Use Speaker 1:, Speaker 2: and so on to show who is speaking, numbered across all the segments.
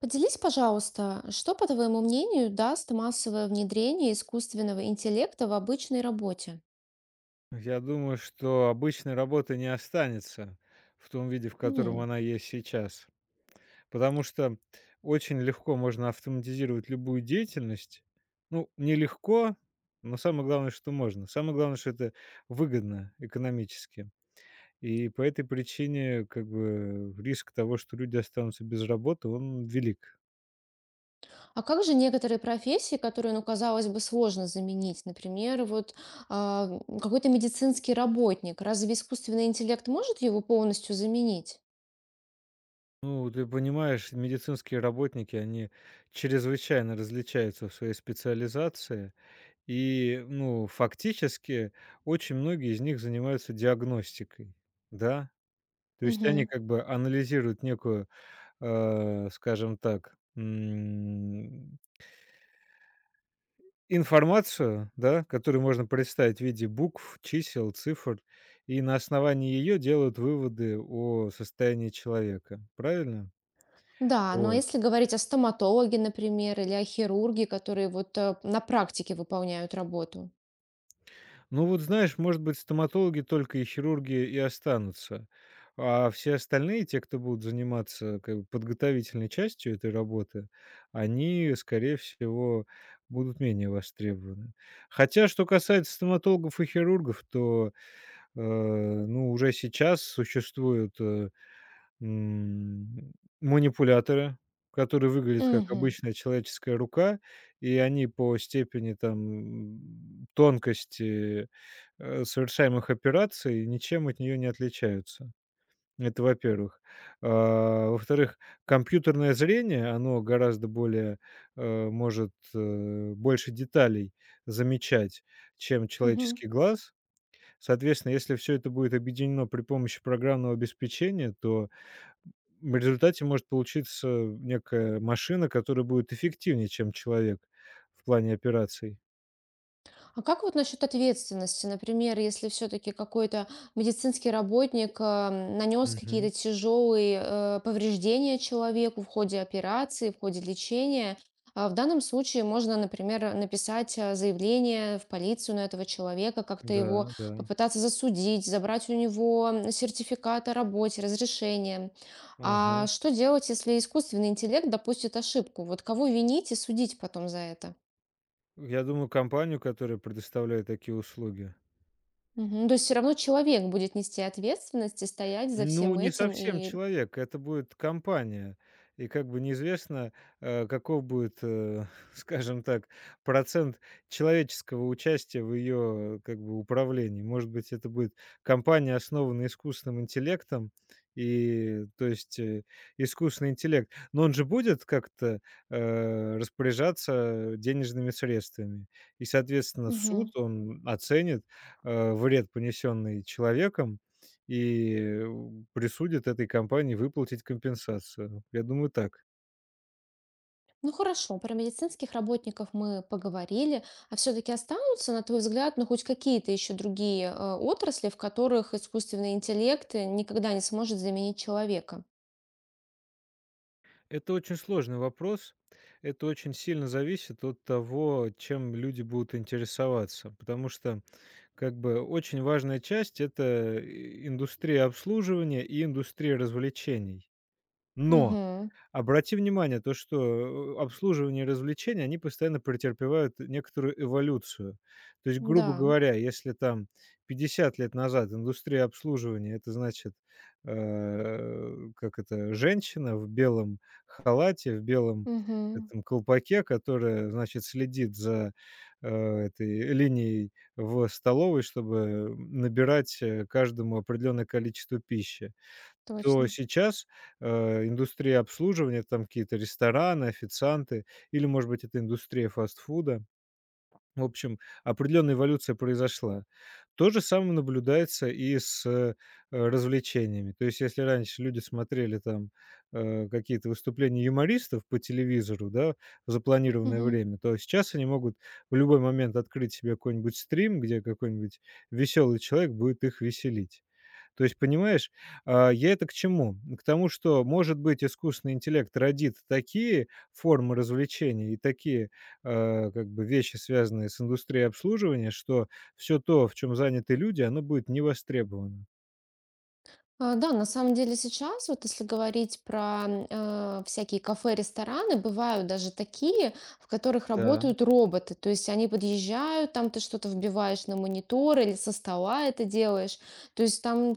Speaker 1: Поделись, пожалуйста, что, по твоему мнению, даст массовое внедрение искусственного интеллекта в обычной работе?
Speaker 2: Я думаю, что обычной работы не останется в том виде, в котором
Speaker 1: М.
Speaker 2: она есть сейчас. Потому что очень легко можно автоматизировать любую деятельность. Ну, нелегко, но самое главное, что можно. Самое главное, что это выгодно экономически. И по этой причине как бы риск того, что люди останутся без работы, он велик.
Speaker 1: А как же некоторые профессии, которые, ну, казалось бы, сложно заменить? Например, а, какой-то медицинский работник. Разве искусственный интеллект может его полностью заменить?
Speaker 2: Ну, вот ты понимаешь, медицинские работники, они чрезвычайно различаются в своей специализации. И, ну, фактически очень многие из них занимаются диагностикой, да. То есть они
Speaker 1: Мгм.
Speaker 2: как бы анализируют некую, скажем так, информацию, да, которую можно представить в виде букв, чисел, цифр, и на основании ее делают выводы о состоянии человека. Правильно?
Speaker 1: Да, но
Speaker 2: Вот.
Speaker 1: если говорить о стоматологе, например, или о хирурге, которые на практике выполняют работу.
Speaker 2: Ну вот знаешь, может быть, стоматологи только и хирурги и останутся, а все остальные, те, кто будут заниматься как бы подготовительной частью этой работы, они, скорее всего, будут менее востребованы. Хотя, что касается стоматологов и хирургов, то, ну, уже сейчас существуют М, манипуляторы, которые выглядят как
Speaker 1: Мгм.
Speaker 2: обычная человеческая рука, и они по степени там тонкости, совершаемых операций ничем от нее не отличаются. Это во-первых. А во-вторых, компьютерное зрение, оно гораздо более, может, больше деталей замечать, чем человеческий глаз. Соответственно, если все это будет объединено при помощи программного обеспечения, то в результате может получиться некая машина, которая будет эффективнее, чем человек в плане операций.
Speaker 1: А как вот насчет ответственности? Например, если все-таки какой-то медицинский работник нанес
Speaker 2: Мгм.
Speaker 1: какие-то тяжелые повреждения человеку в ходе операции, в ходе лечения, а в данном случае можно, например, написать заявление в полицию на этого человека, как-то его
Speaker 2: Да, да.
Speaker 1: попытаться засудить, забрать у него сертификат о работе, разрешение. А
Speaker 2: Ага.
Speaker 1: что делать, если искусственный интеллект допустит ошибку? Вот кого винить и судить потом за это?
Speaker 2: Я думаю, компанию, которая предоставляет такие услуги.
Speaker 1: Мгм. То есть все равно человек будет нести ответственность и стоять за
Speaker 2: Ну,
Speaker 1: всем
Speaker 2: не
Speaker 1: этим.
Speaker 2: совсем
Speaker 1: И...
Speaker 2: человек, это будет компания. И как бы неизвестно, каков будет, скажем так, процент человеческого участия в ее, как бы, управлении. Может быть, это будет компания, основанная искусственным интеллектом, и, то есть, искусственный интеллект. Но он же будет как-то, распоряжаться денежными средствами. И, соответственно, суд,
Speaker 1: Мгм.
Speaker 2: он оценит, вред, понесенный человеком, и присудит этой компании выплатить компенсацию. Я думаю, так.
Speaker 1: Ну хорошо, про медицинских работников мы поговорили, а все-таки останутся, на твой взгляд, ну хоть какие-то еще другие отрасли, в которых искусственный интеллект никогда не сможет заменить человека?
Speaker 2: Это очень сложный вопрос. Это очень сильно зависит от того, чем люди будут интересоваться, потому что как бы очень важная часть — это, индустрия обслуживания и индустрия развлечений. Но
Speaker 1: Мгм.
Speaker 2: Обрати внимание, то, что, обслуживание и развлечения, они постоянно претерпевают некоторую эволюцию. То есть,
Speaker 1: Да.
Speaker 2: грубо говоря, если там 50 лет назад индустрия обслуживания — это значит, как это, женщина в белом халате, в белом
Speaker 1: Мгм.
Speaker 2: этом колпаке, которая, значит, следит за, э, этой линией в столовой, чтобы, набирать, каждому определенное количество пищи. То
Speaker 1: Точно.
Speaker 2: сейчас, индустрия обслуживания, там какие-то рестораны, официанты или, может быть, это индустрия фастфуда, в общем, определенная эволюция произошла. То же самое наблюдается и с развлечениями. То есть, если раньше люди смотрели там, какие-то выступления юмористов по телевизору, да, в запланированное
Speaker 1: Мгм.
Speaker 2: время, то сейчас они могут в любой момент открыть себе какой-нибудь стрим, где какой-нибудь веселый человек будет их веселить. То есть, понимаешь, я это к чему? К тому, что, может быть, искусственный интеллект родит такие формы развлечений и такие, как бы вещи, связанные с индустрией обслуживания, что все то, в чем заняты люди, оно будет не востребовано.
Speaker 1: А, да, на самом деле сейчас, вот если говорить про всякие кафе, рестораны, бывают даже такие, в которых
Speaker 2: Да,
Speaker 1: работают роботы. То есть они подъезжают, там ты что-то вбиваешь на монитор или со стола это делаешь. То есть там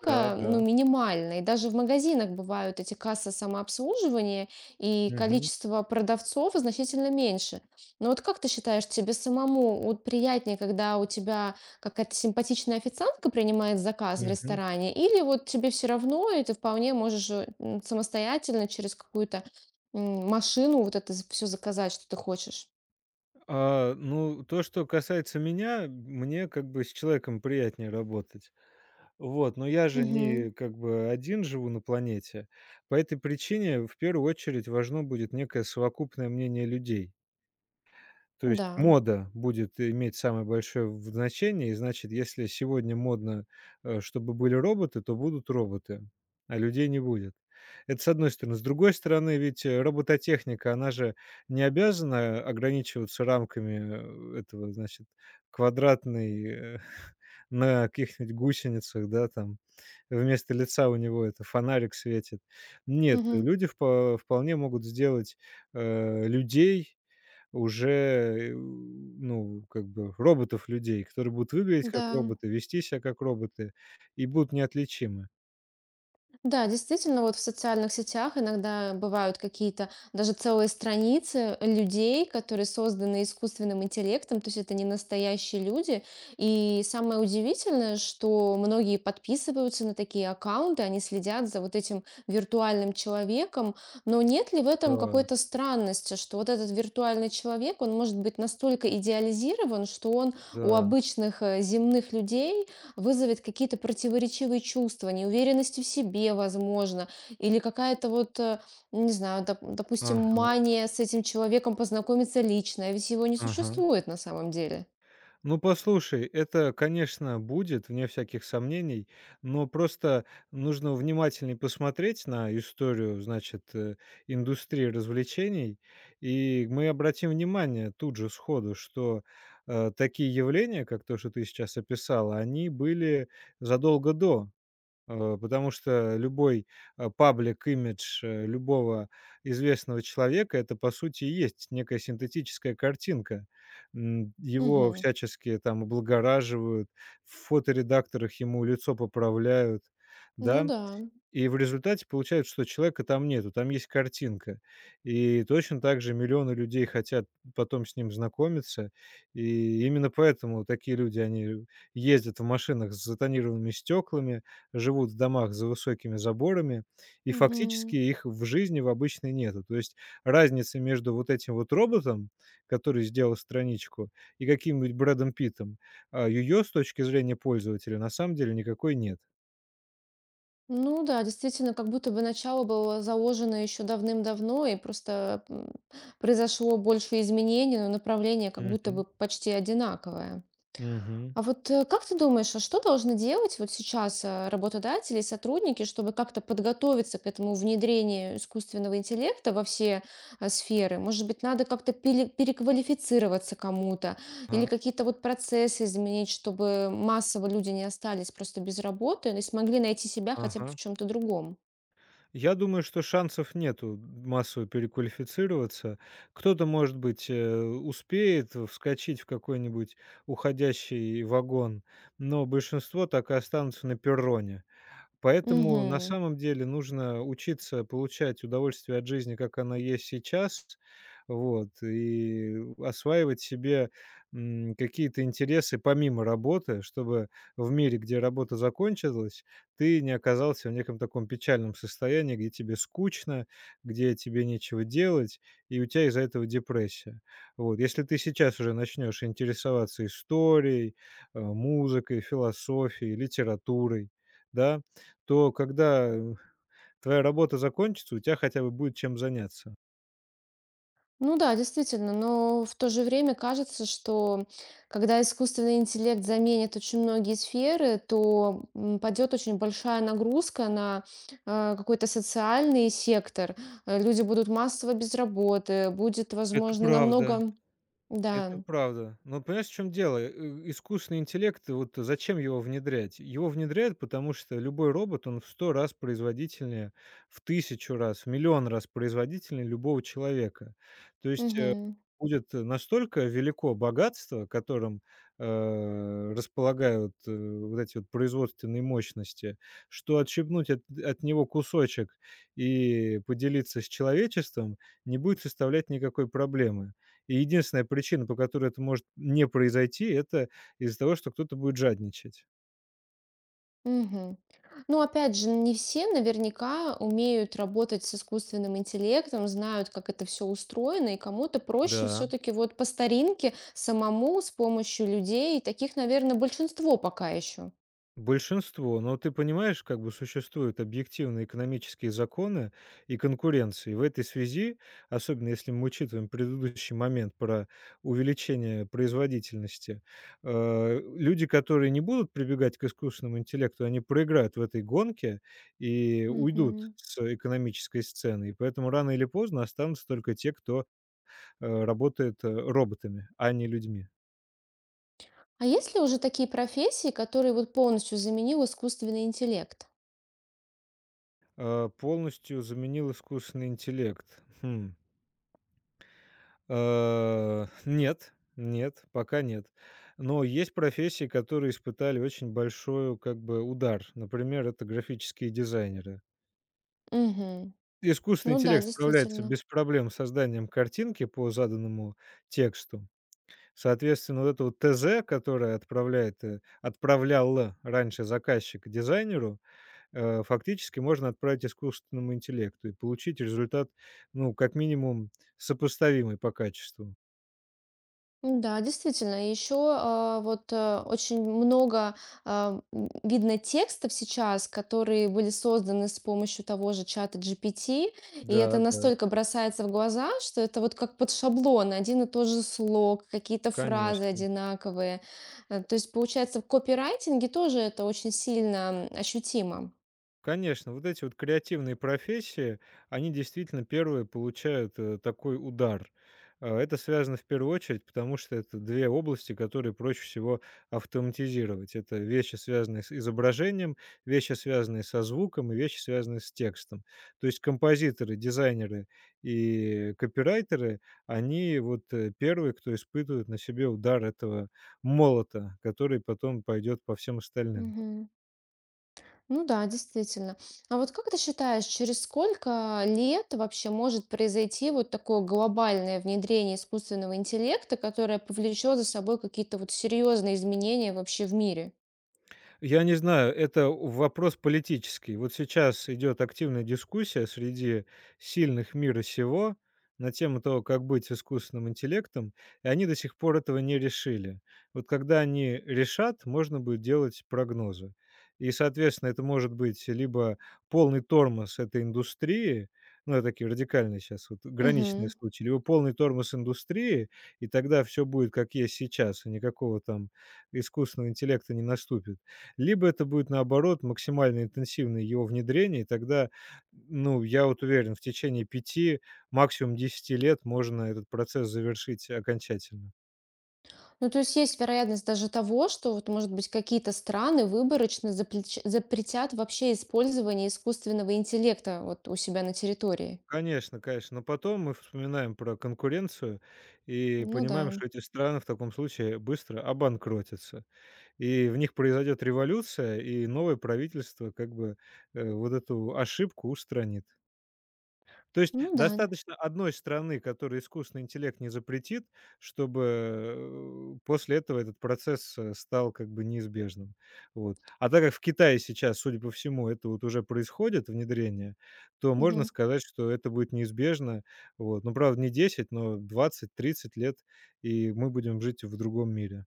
Speaker 2: да,
Speaker 1: ну,
Speaker 2: да.
Speaker 1: минимально. И даже в магазинах бывают эти кассы самообслуживания, и
Speaker 2: Мгм,
Speaker 1: количество продавцов значительно меньше. Но вот как ты считаешь, тебе самому вот приятнее, когда у тебя какая-то симпатичная официантка принимает заказ в
Speaker 2: мгм.
Speaker 1: ресторане, или вот тебе все равно, и ты вполне можешь самостоятельно через какую-то машину вот это все заказать, что ты хочешь.
Speaker 2: А, ну, то, что касается меня, мне как бы с человеком приятнее работать. Вот, но я же
Speaker 1: Мгм.
Speaker 2: не как бы один живу на планете. По этой причине в первую очередь важно будет некое совокупное мнение людей. То есть
Speaker 1: Да.
Speaker 2: мода будет иметь самое большое в значение. И значит, если сегодня модно, чтобы были роботы, то будут роботы, а людей не будет. Это с одной стороны. С другой стороны, ведь, робототехника, она же не обязана ограничиваться рамками, этого, значит, квадратной, на каких-нибудь гусеницах, да, там. Вместо лица у него это фонарик светит. Нет,
Speaker 1: Мгм.
Speaker 2: люди вполне могут сделать, людей уже, ну, как бы роботов-людей, которые будут выглядеть
Speaker 1: Да.
Speaker 2: как роботы, вести себя как роботы и будут неотличимы.
Speaker 1: Да, действительно, вот в социальных сетях иногда бывают какие-то даже целые страницы людей, которые созданы искусственным интеллектом, то есть это не настоящие люди. И самое удивительное, что многие подписываются на такие аккаунты, они следят за вот этим виртуальным человеком, но нет ли в этом
Speaker 2: Да,
Speaker 1: какой-то странности, что вот этот виртуальный человек, он может быть настолько идеализирован, что он у
Speaker 2: да.
Speaker 1: обычных земных людей вызовет какие-то противоречивые чувства, неуверенности в себе, возможно, или какая-то не знаю, допустим,
Speaker 2: Ага,
Speaker 1: мания с этим человеком познакомиться лично, а ведь его не
Speaker 2: ага.
Speaker 1: существует на самом деле.
Speaker 2: Ну, послушай, это, конечно, будет, вне всяких сомнений, но просто нужно внимательнее посмотреть на историю, значит, индустрии развлечений, и мы обратим внимание тут же сходу, что, такие явления, как то, что ты сейчас описала, они были задолго до. Потому что любой, паблик имидж, любого известного человека — это, по сути, и есть некая синтетическая картинка. Его
Speaker 1: Мгм.
Speaker 2: всячески там облагораживают, в фоторедакторах ему лицо поправляют,
Speaker 1: Ну
Speaker 2: да?
Speaker 1: да.
Speaker 2: И в результате получается, что человека там нету, там есть картинка. И точно так же миллионы людей хотят потом с ним знакомиться. И именно поэтому такие люди, они ездят в машинах с затонированными стеклами, живут в домах за высокими заборами, и фактически
Speaker 1: Мгм.
Speaker 2: их в жизни в обычной нету. То есть разница между вот этим вот роботом, который сделал страничку, и каким-нибудь Брэдом Питтом, ее с точки зрения пользователя на самом деле никакой нет.
Speaker 1: Ну да, действительно, как будто бы начало было заложено еще давным-давно, и просто произошло больше изменений, но направление как будто бы
Speaker 2: Мгм.
Speaker 1: почти одинаковое.
Speaker 2: Мгм.
Speaker 1: А вот как ты думаешь, а что должны делать вот сейчас работодатели и сотрудники, чтобы как-то подготовиться к этому внедрению искусственного интеллекта во все сферы? Может быть, надо как-то переквалифицироваться кому-то или какие-то вот процессы изменить, чтобы массово люди не остались просто без работы и смогли найти себя хотя бы в
Speaker 2: Ага.
Speaker 1: чем-то другом?
Speaker 2: Я думаю, что шансов нету массово переквалифицироваться. Кто-то, может быть, успеет вскочить в какой-нибудь уходящий вагон, но большинство так и останутся на перроне. Поэтому на
Speaker 1: Мгм.
Speaker 2: самом деле нужно учиться получать удовольствие от жизни, как она есть сейчас, вот, и осваивать себе, какие-то интересы помимо работы, чтобы в мире, где работа закончилась, ты не оказался в неком таком печальном состоянии, где тебе скучно, где тебе нечего делать, и у тебя из-за этого депрессия. Вот. Если ты сейчас уже начнешь интересоваться историей, музыкой, философией, литературой, да, то когда твоя работа закончится, у тебя хотя бы будет чем заняться.
Speaker 1: Ну да, действительно, но в то же время кажется, что когда искусственный интеллект заменит очень многие сферы, то падет очень большая нагрузка на какой-то социальный сектор. Э, люди будут массово без работы, будет,
Speaker 2: Это
Speaker 1: возможно,
Speaker 2: правда.
Speaker 1: намного...
Speaker 2: Это
Speaker 1: Да.
Speaker 2: правда. Но понимаешь, в чем дело? Искусственный интеллект, вот зачем его внедрять? Его внедряют, потому что любой робот, он в сто раз производительнее, в тысячу раз, в миллион раз производительнее любого человека. То есть
Speaker 1: Мгм.
Speaker 2: будет настолько велико богатство, которым располагают вот эти вот производственные мощности, что отщипнуть от него кусочек и поделиться с человечеством не будет составлять никакой проблемы. И единственная причина, по которой это может не произойти, это из-за того, что кто-то будет жадничать.
Speaker 1: Мгм. Ну, опять же, не все наверняка умеют работать с искусственным интеллектом, знают, как это все устроено, и кому-то проще
Speaker 2: Да,
Speaker 1: все-таки вот по старинке самому с помощью людей. И таких, наверное, большинство пока еще.
Speaker 2: большинство. Но ты понимаешь, как бы существуют объективные экономические законы и конкуренции. В этой связи, особенно если мы учитываем предыдущий момент про увеличение производительности, люди, которые не будут прибегать к искусственному интеллекту, они проиграют в этой гонке и уйдут
Speaker 1: Мгм.
Speaker 2: с экономической сцены. И поэтому рано или поздно останутся только те, кто работает, роботами, а не людьми.
Speaker 1: А есть ли уже такие профессии, которые вот полностью заменил искусственный интеллект?
Speaker 2: Полностью заменил искусственный интеллект. Хм. Нет, нет, пока нет. Но есть профессии, которые испытали очень большой, как бы, удар. Например, это графические дизайнеры.
Speaker 1: Мгм.
Speaker 2: Искусственный
Speaker 1: Ну да,
Speaker 2: интеллект справляется
Speaker 1: действительно.
Speaker 2: без проблем с созданием картинки по заданному тексту. Соответственно, вот это вот ТЗ, которое отправлял раньше заказчик дизайнеру, фактически можно отправить искусственному интеллекту и получить результат, ну, как минимум, сопоставимый по качеству.
Speaker 1: Да, действительно. Еще очень много видно текстов сейчас, которые были созданы с помощью того же чата GPT, и это
Speaker 2: Да, да,
Speaker 1: настолько бросается в глаза, что это вот как под шаблон, один и тот же слог, какие-то фразы
Speaker 2: конечно.
Speaker 1: одинаковые. Э, то есть, получается, в копирайтинге тоже это очень сильно ощутимо.
Speaker 2: Конечно, вот эти вот креативные профессии, они действительно первые получают такой удар. Это связано в первую очередь, потому что это две области, которые проще всего автоматизировать. Это вещи, связанные с изображением, вещи, связанные со звуком и вещи, связанные с текстом. То есть композиторы, дизайнеры и копирайтеры, они вот первые, кто испытывает на себе удар этого молота, который потом пойдет по всем остальным.
Speaker 1: Мгм. Ну да, действительно. А вот как ты считаешь, через сколько лет вообще может произойти вот такое глобальное внедрение искусственного интеллекта, которое повлечет за собой какие-то вот серьезные изменения вообще в мире?
Speaker 2: Я не знаю, это вопрос политический. Вот сейчас идет активная дискуссия среди сильных мира сего на тему того, как быть с искусственным интеллектом, и они до сих пор этого не решили. Вот когда они решат, можно будет делать прогнозы. И, соответственно, это может быть либо полный тормоз этой индустрии, ну, это такие радикальные сейчас, вот граничные
Speaker 1: Мгм.
Speaker 2: случаи, либо полный тормоз индустрии, и тогда все будет как есть сейчас, и никакого там искусственного интеллекта не наступит. Либо это будет, наоборот, максимально интенсивное его внедрение, и тогда, ну, я вот уверен, в течение 5, максимум 10 лет можно этот процесс завершить окончательно.
Speaker 1: Ну, то есть есть вероятность даже того, что вот, может быть, какие-то страны выборочно запретят вообще использование искусственного интеллекта вот у себя на территории.
Speaker 2: Конечно, конечно, но потом мы вспоминаем про конкуренцию и
Speaker 1: Ну да,
Speaker 2: понимаем, что эти страны в таком случае быстро обанкротятся. И в них произойдет революция, и новое правительство как бы, вот эту ошибку устранит. То есть
Speaker 1: ну да.
Speaker 2: достаточно одной страны, которая искусственный интеллект не запретит, чтобы, после этого этот процесс, стал как бы неизбежным. Вот. А так как в Китае сейчас, судя по всему, это вот уже происходит внедрение, то можно
Speaker 1: Мгм.
Speaker 2: сказать, что это будет неизбежно. Вот. Ну, правда, не 10, но 20, 30 лет, и мы будем жить в другом мире.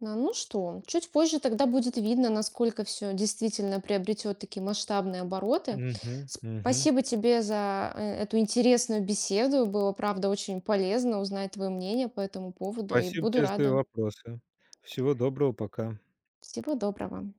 Speaker 1: Да, ну что, чуть позже тогда будет видно, насколько все действительно приобретет такие масштабные обороты.
Speaker 2: Мгм, мгм.
Speaker 1: Спасибо тебе за эту интересную беседу. Было, правда, очень полезно узнать твое мнение по этому поводу и
Speaker 2: Спасибо
Speaker 1: буду
Speaker 2: тебе за твои
Speaker 1: рада.
Speaker 2: вопросы. Всего доброго, пока.
Speaker 1: Всего доброго.